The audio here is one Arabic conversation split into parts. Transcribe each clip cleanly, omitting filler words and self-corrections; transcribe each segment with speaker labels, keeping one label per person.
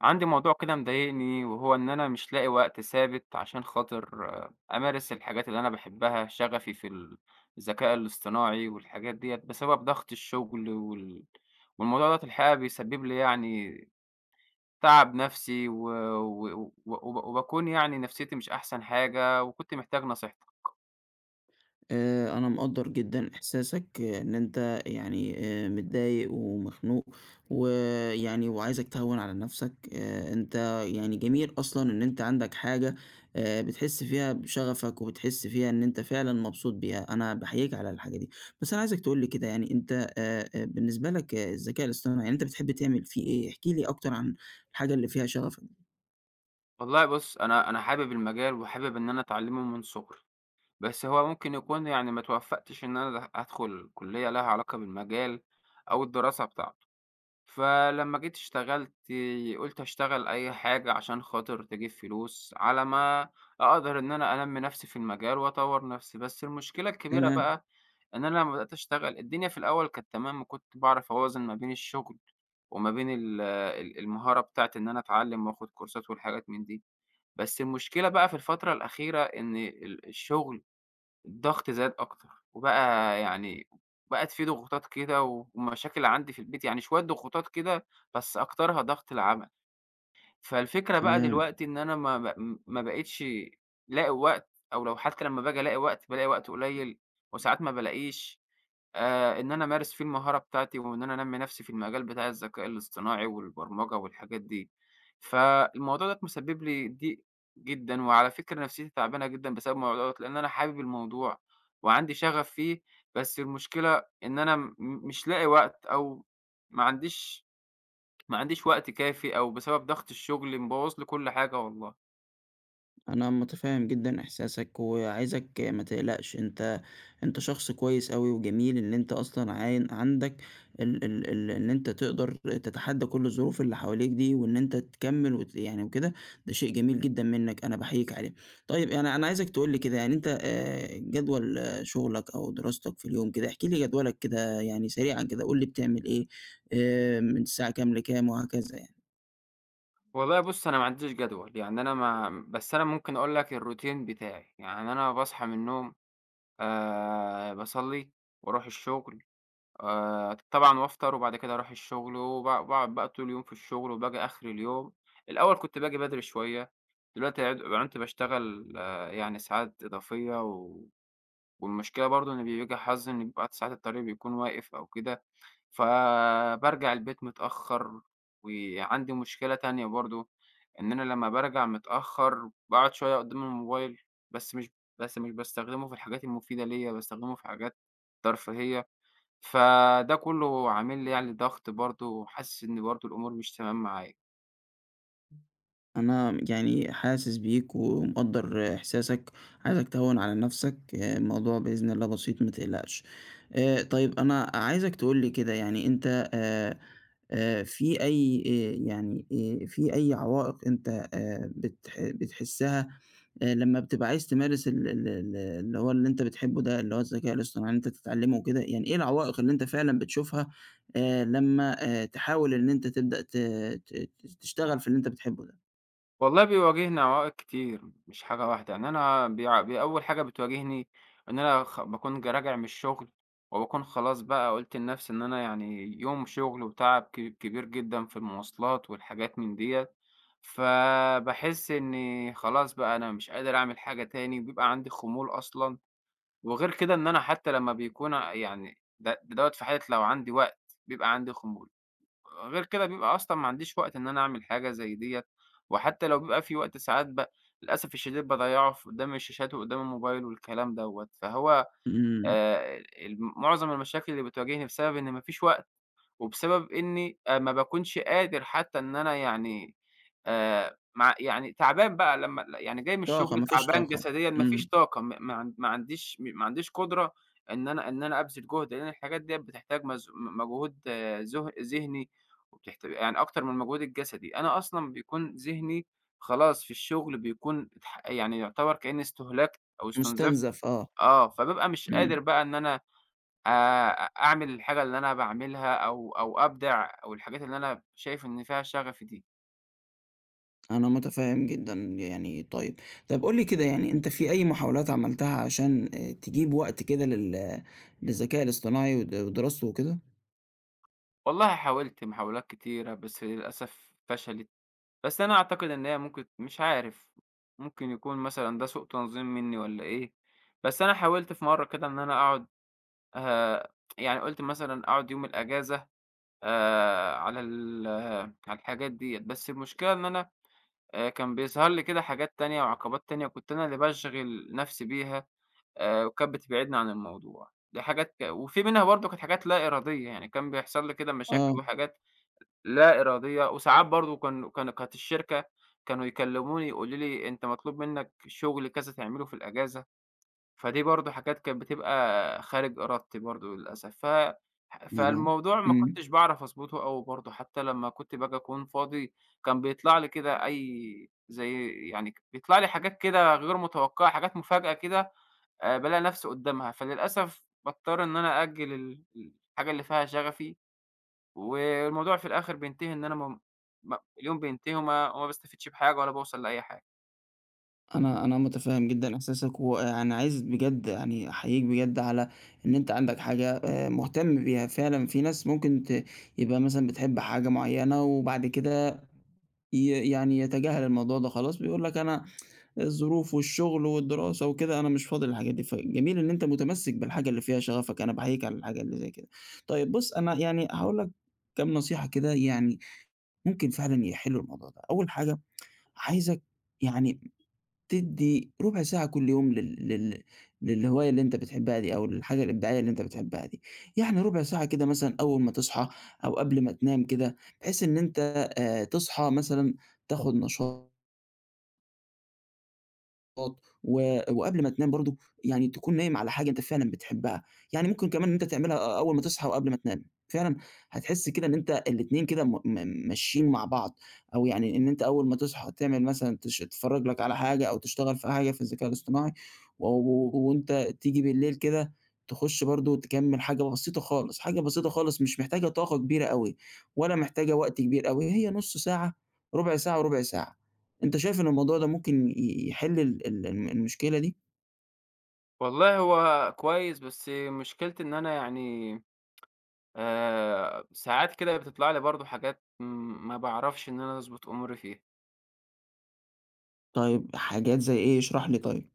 Speaker 1: عندي موضوع كده مضايقني، وهو إن أنا مش لاقي وقت ثابت عشان خاطر أمارس الحاجات اللي أنا بحبها، شغفي في الذكاء الاصطناعي والحاجات ديت، بسبب ضغط الشغل والموضوع ده الحقيقة بيسبب لي يعني تعب نفسي، و... و... وبكون يعني نفسيتي مش أحسن حاجة، وكنت محتاج نصيحتك.
Speaker 2: أنا مقدّر جدًا إحساسك، إن أنت، يعني، متضايق ومخنوق. ويعني وعايزك تهوّن على نفْسك. أنت، يعني، جميل أصلًا إن أنت عندك حاجة. بتحس فيها بشغفك، وبتحس فيها إن أنت فعلًا مبسوط بيها. أنا باحييك على الحاجة دي. بس أنا عايزك تقول لي كده، يعني أنت، بالنسبة لك الذكاء الاصطناعي، يعني أنت بتحب تعمل فيه إيه؟ احكِ لي أكتر عن الحاجة اللي فيها شغفك.
Speaker 1: والله بص، أنا حابب المجال وحابب إن أنا أتعلمه من صغري، بس هو ممكن يكون يعني ما توفقتش إن أنا أدخل كلية لها علاقة بالمجال أو الدراسة بتاعته. فلمّا جيت اشتغلت، قُلت هاشتغل أي حاجة عشان خاطر تجيب فلوس، على ما أقدر إن أنا أنمّي نفسي في المجال وأطوّر نفسي. بس المشكلة الكبيرة
Speaker 2: تمام.
Speaker 1: بقى إن أنا لمّا بدأت أشتغل، الدنيا في الأول كانت تمام، وكنت باعرف أوازن ما بين الشغل وما بين ال ال المهارة بتاعة إن أنا أتعلّم وآخُد كورسات والحاجات من دي. بس المشكلة بقى في الفترة الأخيرة إن الشغل الضغط زاد أكتر، وبقى يعني بقت في ضغوطات كده ومشاكل عندي في البيت، يعني شوية ضغوطات كده، بس أكترها ضغط العمل. فالفكرة بقى
Speaker 2: تمام.
Speaker 1: دلوقتي إن أنا ما بقيتش لاقي وقت، أو لو حتى لمّا باجي ألاقي وقت، بالاقي وقت قليل، وساعات ما بالاقيش. إن أنا أمارس فيه المهارة بتاعتي، وإن أنا أنمّي نَفْسي في المجال بتاع الذكاء الاصطناعي والبرمجة والحاجات دي. فالموضوع ده مسبب لي ضيق جدًا، وعلى فكرة نَفْسيتي تعبانة جدًا بسبب الموضوع دوّة، لإن أنا حابب الموضوع وعندي شغف فيه. بس المشكلة إن أنا مش لاقي وقت، أو ما عنديش ما عنديش وقت كافي، أو بسبب ضغط الشغل مبوّظ لي كل حاجة والله.
Speaker 2: انا متفاهم جدا احساسك، وعايزك ما تقلقش. انت شخص كويس قوي، وجميل ان انت اصلا عين عندك ال ال ال ان انت تقدر تتحدى كل الظروف اللي حواليك دي، وان انت تكمل يعني وكده. ده شيء جميل جدا منك، انا بحييك عليه. طيب، يعني انا عايزك تقول لي كده، يعني انت، جدول شغلك او دراستك في اليوم كده. احكي لي جدولك كده، يعني سريعا كده، قول لي بتعمل ايه من الساعة كام لكام وهكذا.
Speaker 1: والله بُص، أنا ما عنديش جدول، يعني أنا ما بس أنا ممكن أقول لك الroutine بتاعي. يعني أنا باصحى من النوم، باصلّي وأروح الشغل، طبعًا وأفطر، وبعد كده أروح الشغل باقعد بقى طول اليوم في الشغل، وباجي آخر اليوم. الأول كنت باجي بدري شوية، دلوقتي عنت باشتغل يعني ساعات إضافية، والمشكلة برضه إن بييجي حظي إن بيبقى ساعات الطريق بيكون واقف أو كده. فبارجع البيت متأخّر، وعندي مشكلة تانية برضه، إن أنا لمّا بارجع متأخّر باقعد شوية قدّام الموبايل، بس مش بس مش باستخدمه في الحاجات المفيدة ليّا، باستخدمه في حاجات ترفيهية، فده كُلّه عامل لي يعني ضغط برضه، وحاسس إن برضه الأمور مش تمام معايا.
Speaker 2: أنا يعني حاسس بيك ومقدّر إحساسك. عايزك تهوّن على نَفْسك. الموضوع بإذن الله بسيط، ما تقلقش. طيب، أنا عايزك تقول لي كده، يعني أنت، في أي، في أي عوائق أنت بتحسّها لمّا بتبقى عايز تمارس ال ال ال اللي هو، اللي أنت بتحبّه ده، اللي هو الذكاء الاصطناعي، إن أنت تتعلّمه وكده. يعني إيه العوائق اللي أنت فعلًا بتشوفها لمّا تحاول إن أنت تبدأ ت ت تشتغل في اللي أنت بتحبّه ده؟
Speaker 1: والله بيواجهني عوائق كتير، مش حاجة واحدة. يعني أنا بيع بي أول حاجة بتواجهني إن أنا باكون راجع من الشغل، وباكون خلاص بقى قُلت لنفسي إن أنا يعني يوم شغل وتعب كبير جدًا في المواصلات والحاجات من ديّة، فباحس إني خلاص بقى أنا مش قادر أعمل حاجة تاني، بيبقى عندي خمول أصلًا. وغير كده إن أنا حتى لمّا بيكون يعني ده دوّة، في حالة لو عندي وقت، بيبقى عندي خمول. غير كده بيبقى أصلًا ما عنديش وقت إن أنا أعمل حاجة زي ديّة، وحتى لو بيبقى في وقت ساعات، للأسف الشديد باضيّعه في قدام الشاشات وقدام الموبايل والكلام دوّة. فهو
Speaker 2: إمم.
Speaker 1: الم معظم المشاكل اللي بتواجهني بسبب إن ما فيش وقت، وبسبب إني ما باكونش قادر، حتى إن أنا يعني مع يعني تعبان بقى، لمّا يعني جاي من
Speaker 2: طاقة،
Speaker 1: الشغل
Speaker 2: ما فيش
Speaker 1: تعبان
Speaker 2: طاقة.
Speaker 1: جسديًا، ما فيش
Speaker 2: إمم.
Speaker 1: طاقة، م ما عن ما عنديش م ما عنديش قدرة إن أنا أبذل جهد، لإن الحاجات ديّة بتحتاج مز م مجهود ذهني، يعني أكتر من المجهود الجسدي. أنا أصلًا بيكون ذهني خلاص في الشغل، بيكون يعني يعتبر كإني استهلكت أو استنزفت.
Speaker 2: مستنزف. آه.
Speaker 1: فبابقى مش
Speaker 2: إمم.
Speaker 1: قادر بقى إن أنا آآ أعمل الحاجة اللي أنا باعملها، أو أبدع، أو الحاجات اللي أنا شايف إن فيها شغفي دي.
Speaker 2: أنا متفهم جدًا، يعني طيب. طب قُل لي كده، يعني أنت، في أي محاولات عملتها عشان تجيب وقت كده للذكاء الاصطناعي ودراسته وكده؟
Speaker 1: والله حاولت محاولات كتيرة، بس للأسف فشلت. بس أنا أعتقد إن هي ممكن، مش عارف، ممكن يكون مثلًا ده سوء تنظيم منّي والّا إيه. بس أنا حاولت في مرّة كده إن أنا أقعد، آآ يعني قُلت مثلًا أقعد يوم الأجازة على ال آه، على الحاجات ديّة. بس المشكلة إن أنا كان بيظهر لي كده حاجات تانية وعقبات تانية كنت أنا اللي باشغل نَفْسي بيها، وكانت بتبعدني عن الموضوع. دي حاجات وفي منها برضه كانت حاجات لا إرادية، يعني كان بيحصل لي كده مشاكل
Speaker 2: آه،
Speaker 1: وحاجات لا إرادية. وساعات برضه كانت الشركة كانوا يكلموني يقولوا لي أنت مطلوب منك شغل كذا تعمله في الأجازة، فدي برضه حاجات كانت بتبقى خارج إرادتي برضه للأسف.
Speaker 2: أنا
Speaker 1: فالموضوع ما
Speaker 2: إمم.
Speaker 1: كنتش باعرف أضبطه أوي برضه، حتى لمّا كنت باجي أكون فاضي كان بيطلع لي كده، أي زي يعني ك بيطلع لي حاجات كده غير متوقعة، حاجات مفاجأة كده، بالاقي نفسي قدّامها، فللأسف باضطر إن أنا أأجّل الحاجة اللي فيها شغفي، والموضوع في الآخر بينتهي إن أنا م م اليوم بينتهي، وما باستفيدش بحاجة، ولا باوصل لأي حاجة.
Speaker 2: أنا متفهم جدًا إحساسك، وأنا عايز بجد، يعني، أحييك بجد على إن أنت عندك حاجة مهتم بيها. فعلًا في ناس ممكن يبقى مثلًا بتحب حاجة معينة، وبعد كده يعني يتجاهل الموضوع ده خلاص، بيقول لك: أنا الظروف والشغل والدراسة وكده، أنا مش فاضي للحاجات دي. فجميل إن أنت متمسك بالحاجة اللي فيها شغفك. أنا باحييك على الحاجة اللي زي كده. طيب بُص، أنا يعني هاقول لك كام نصيحة كده، يعني ممكن فعلًا يحلّوا الموضوع ده. أول حاجة: عايزك، يعني، تدّي ربع ساعة كل يوم لل لل للهواية اللي أنت بتحبها دي، أو للحاجة الإبداعية اللي أنت بتحبها دي. يعني ربع ساعة كده، مثلًا أول ما تصحى أو قبل ما تنام كده، بحيث إن أنت تصحى مثلًا تاخُد نشاط، وقبل ما تنام برضه، يعني تكون نايم على حاجة أنت فعلًا بتحبها. يعني ممكن كمان إن أنت تعملها أول ما تصحى وقبل ما تنام. فعلًا هتحس كده إن أنت الاتنين كده م م ماشيين مع بعض. أو، يعني، إن أنت أول ما تصحى تعمل مثلًا تتفرج لك على حاجة أو تشتغل في حاجة في الذكاء الاصطناعي، و و وأنت تيجي بالليل كده تخش برضه تكمل حاجة بسيطة خالص. حاجة بسيطة خالص، مش محتاجة طاقة كبيرة أوي، ولا محتاجة وقت كبير أوي. هي نُص ساعة، ربع ساعة وربع ساعة. أنت شايف إن الموضوع ده ممكن يحل ال ال الم المشكلة دي؟
Speaker 1: والله هو كويس، بس مشكلتي إن أنا يعني ساعات كده بتطلع لي برضه حاجات، ما باعرفش إن أنا أضبط أموري فيها.
Speaker 2: طيب حاجات زي إيه؟ اشرح لي طيب.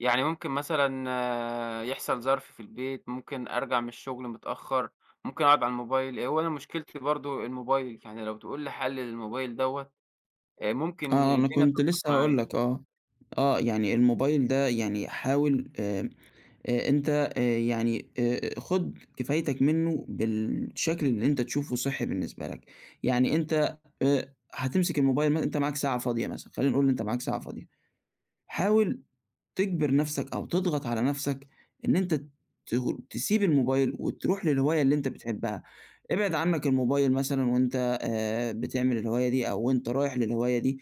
Speaker 1: يعني ممكن مثلًا يحصل ظرف في البيت، ممكن أرجع من الشغل متأخّر، ممكن أقعد على الموبايل. هو أنا مشكلتي برضه الموبايل، يعني لو تقول لي حل للموبايل دوّة، ممكن
Speaker 2: آه، أنا
Speaker 1: الدنيا
Speaker 2: كنت
Speaker 1: تضبط
Speaker 2: لسه
Speaker 1: معايا.
Speaker 2: هاقول لك آه. يعني الموبايل ده، يعني حاول، أنت، يعني، خُد كفايتك منّه بالشكل اللي أنت تشوفه صحّي بالنسبة لك. يعني أنت هتمسك الموبايل، أنت معاك ساعة فاضية مثلًا، خلّينا نقول أنت معاك ساعة فاضية، حاول تجبر نفسك أو تضغط على نفسك إن أنت تسيب الموبايل وتروح للهواية اللي أنت بتحبها. ابعد عنك الموبايل مثلًا وأنت بتعمل الهواية دي، أو وأنت رايح للهواية دي.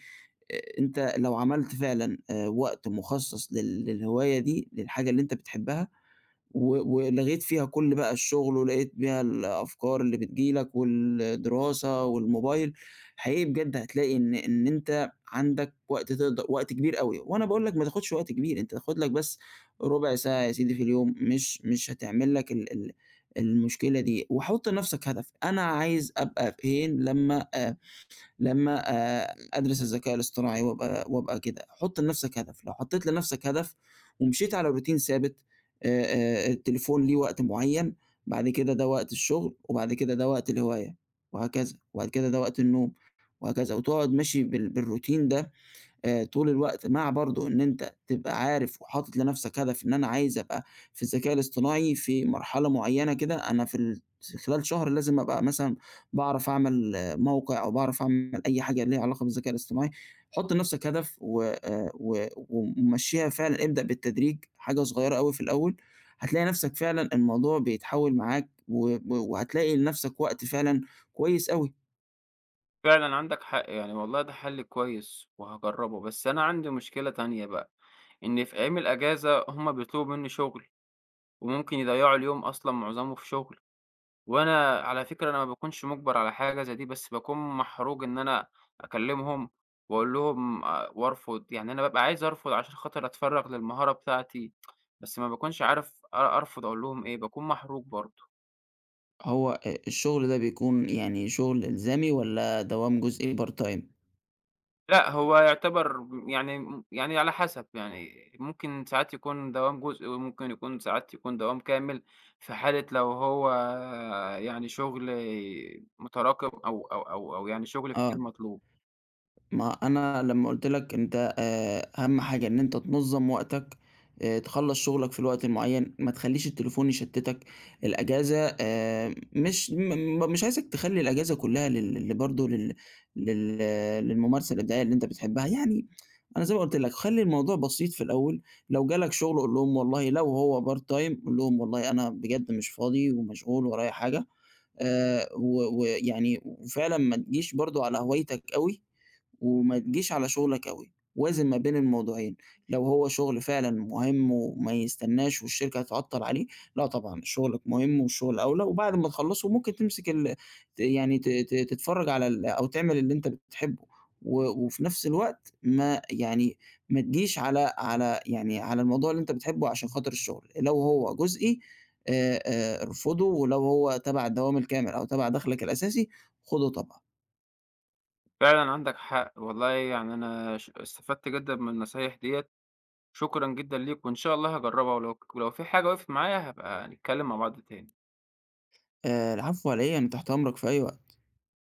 Speaker 2: أنت لو عملت فعلًا وقت مخصص للهواية دي، للحاجة اللي أنت بتحبها، ولغيت فيها كل بقى الشغل، ولقيت بيها الأفكار اللي بتيجي لك والدراسة والموبايل، حقيقي بجد هتلاقي إن أنت عندك وقت، وقت كبير أوي. وأنا باقول لك ما تاخدش وقت كبير. أنت خُد لك بس ربع ساعة يا سيدي في اليوم، مش هتعمل لك ال ال المشكلة دي. وحُط لنفسك هدف: أنا عايز أبقى فين لمّا لمّا أدرس الذكاء الاصطناعي وأبقى كده. حُط لنَفْسك هدف. لو حطّيت لنَفْسك هدف ومشيت على routine ثابت، التليفون ليه وقت معيّن، بعد كده ده وقت الشغل، وبعد كده ده وقت الهواية وهكذا، وبعد كده ده وقت النوم وهكذا. وتقعد ماشي بالroutine ده طول الوقت، مع برضه إن أنت تبقى عارف وحاطط لنفْسك هدف إن أنا عايز أبقى في الذكاء الاصطناعي في مرحلة معيّنة كده. أنا في خلال شهر لازم أبقى مثلًا باعرف أعمل موقع، أو باعرف أعمل أي حاجة ليها علاقة بالذكاء الاصطناعي. حُط لنفْسك هدف و و ومشّيها فعلًا. ابدأ بالتدريج، حاجة صغيّرة أوي في الأول، هتلاقي نفْسك فعلًا الموضوع بيتحوّل معاك وهتلاقي لنفْسك وقت فعلًا كويس أوي.
Speaker 1: فعلًا عندك حق يعني، والله ده حَل كويس وهاجرّبه، بس أنا عندي مشكلة تانية بقى، إن في أيام الأجازة هم بيطلبوا منّي شُغل، وممكن يضيّعوا اليوم أصلًا معظمه في شُغل. وأنا على فكرة أنا ما باكونش مُجبَر على حاجة زي دي، بس باكون محروج إن أنا أكلّمهم وأقول لهم وأرفض، يعني أنا بابقى عايز أرفض عشان خاطر أتفرّغ للمهارة بتاعتي، بس ما باكونش عارف أرفض أقول لهم إيه، باكون محروج برضه.
Speaker 2: هو الشغل ده بيكون، يعني، شغل إلزامي والّا دوام جزئي part time؟
Speaker 1: لأ، هو يعتبر يعني على حسب، يعني ممكن ساعات يكون دوام جزئي، وممكن يكون ساعات يكون دوام كامل، في حالة لو هو يعني شغل متراكم، أو يعني شغل كتير
Speaker 2: آه.
Speaker 1: مطلوب.
Speaker 2: ما أنا لمّا قُلت لك أنت، أهم حاجة إن أنت تنظّم وقتك، تخلّص شغلك في الوقت المعيّن، ما تخلّيش التليفون يشتّتك. الأجازة مش م م- مش عايزك تخلّي الأجازة كُلّها لل ل برضه لل لل للممارسة الإبداعية اللي أنت بتحبها. يعني أنا زي ما قُلت لك خلّي الموضوع بسيط في الأول. لو جالك شغل قُل لهم والله، لو هو part time قُل لهم والله أنا بجد مش فاضي ومشغول ورايا حاجة. و ويعني وفعلًا، ما تجيش برضه على هوايتك أوي، وما تجيش على شغلك أوي. وازن ما بين الموضوعين. لو هو شغل فعلًا مهم وما يستناش والشركة هتعطّل عليه، لأ طبعًا شغلك مهم والشغل أولى، وبعد ما تخلّصه ممكن تمسك ال ت يعني ت ت تتفرّج على ال، أو تعمل اللي أنت بتحبه. وفي نفس الوقت، ما تجيش على على يعني على الموضوع اللي أنت بتحبه عشان خاطر الشغل. لو هو جزئي، ارفضه، ولو هو تبع الدوام الكامل أو تبع دخلك الأساسي، خُده طبعًا.
Speaker 1: فعلًا عندك حق، والله يعني أنا استفدت جدًا من النصايح ديّة، شكرًا جدًا ليك، وإن شاء الله هاجربها، ولو في حاجة وقفت معايا هابقى نتكلم مع بعض تاني.
Speaker 2: العفو على إيه، أنا تحت أمرك في أي وقت.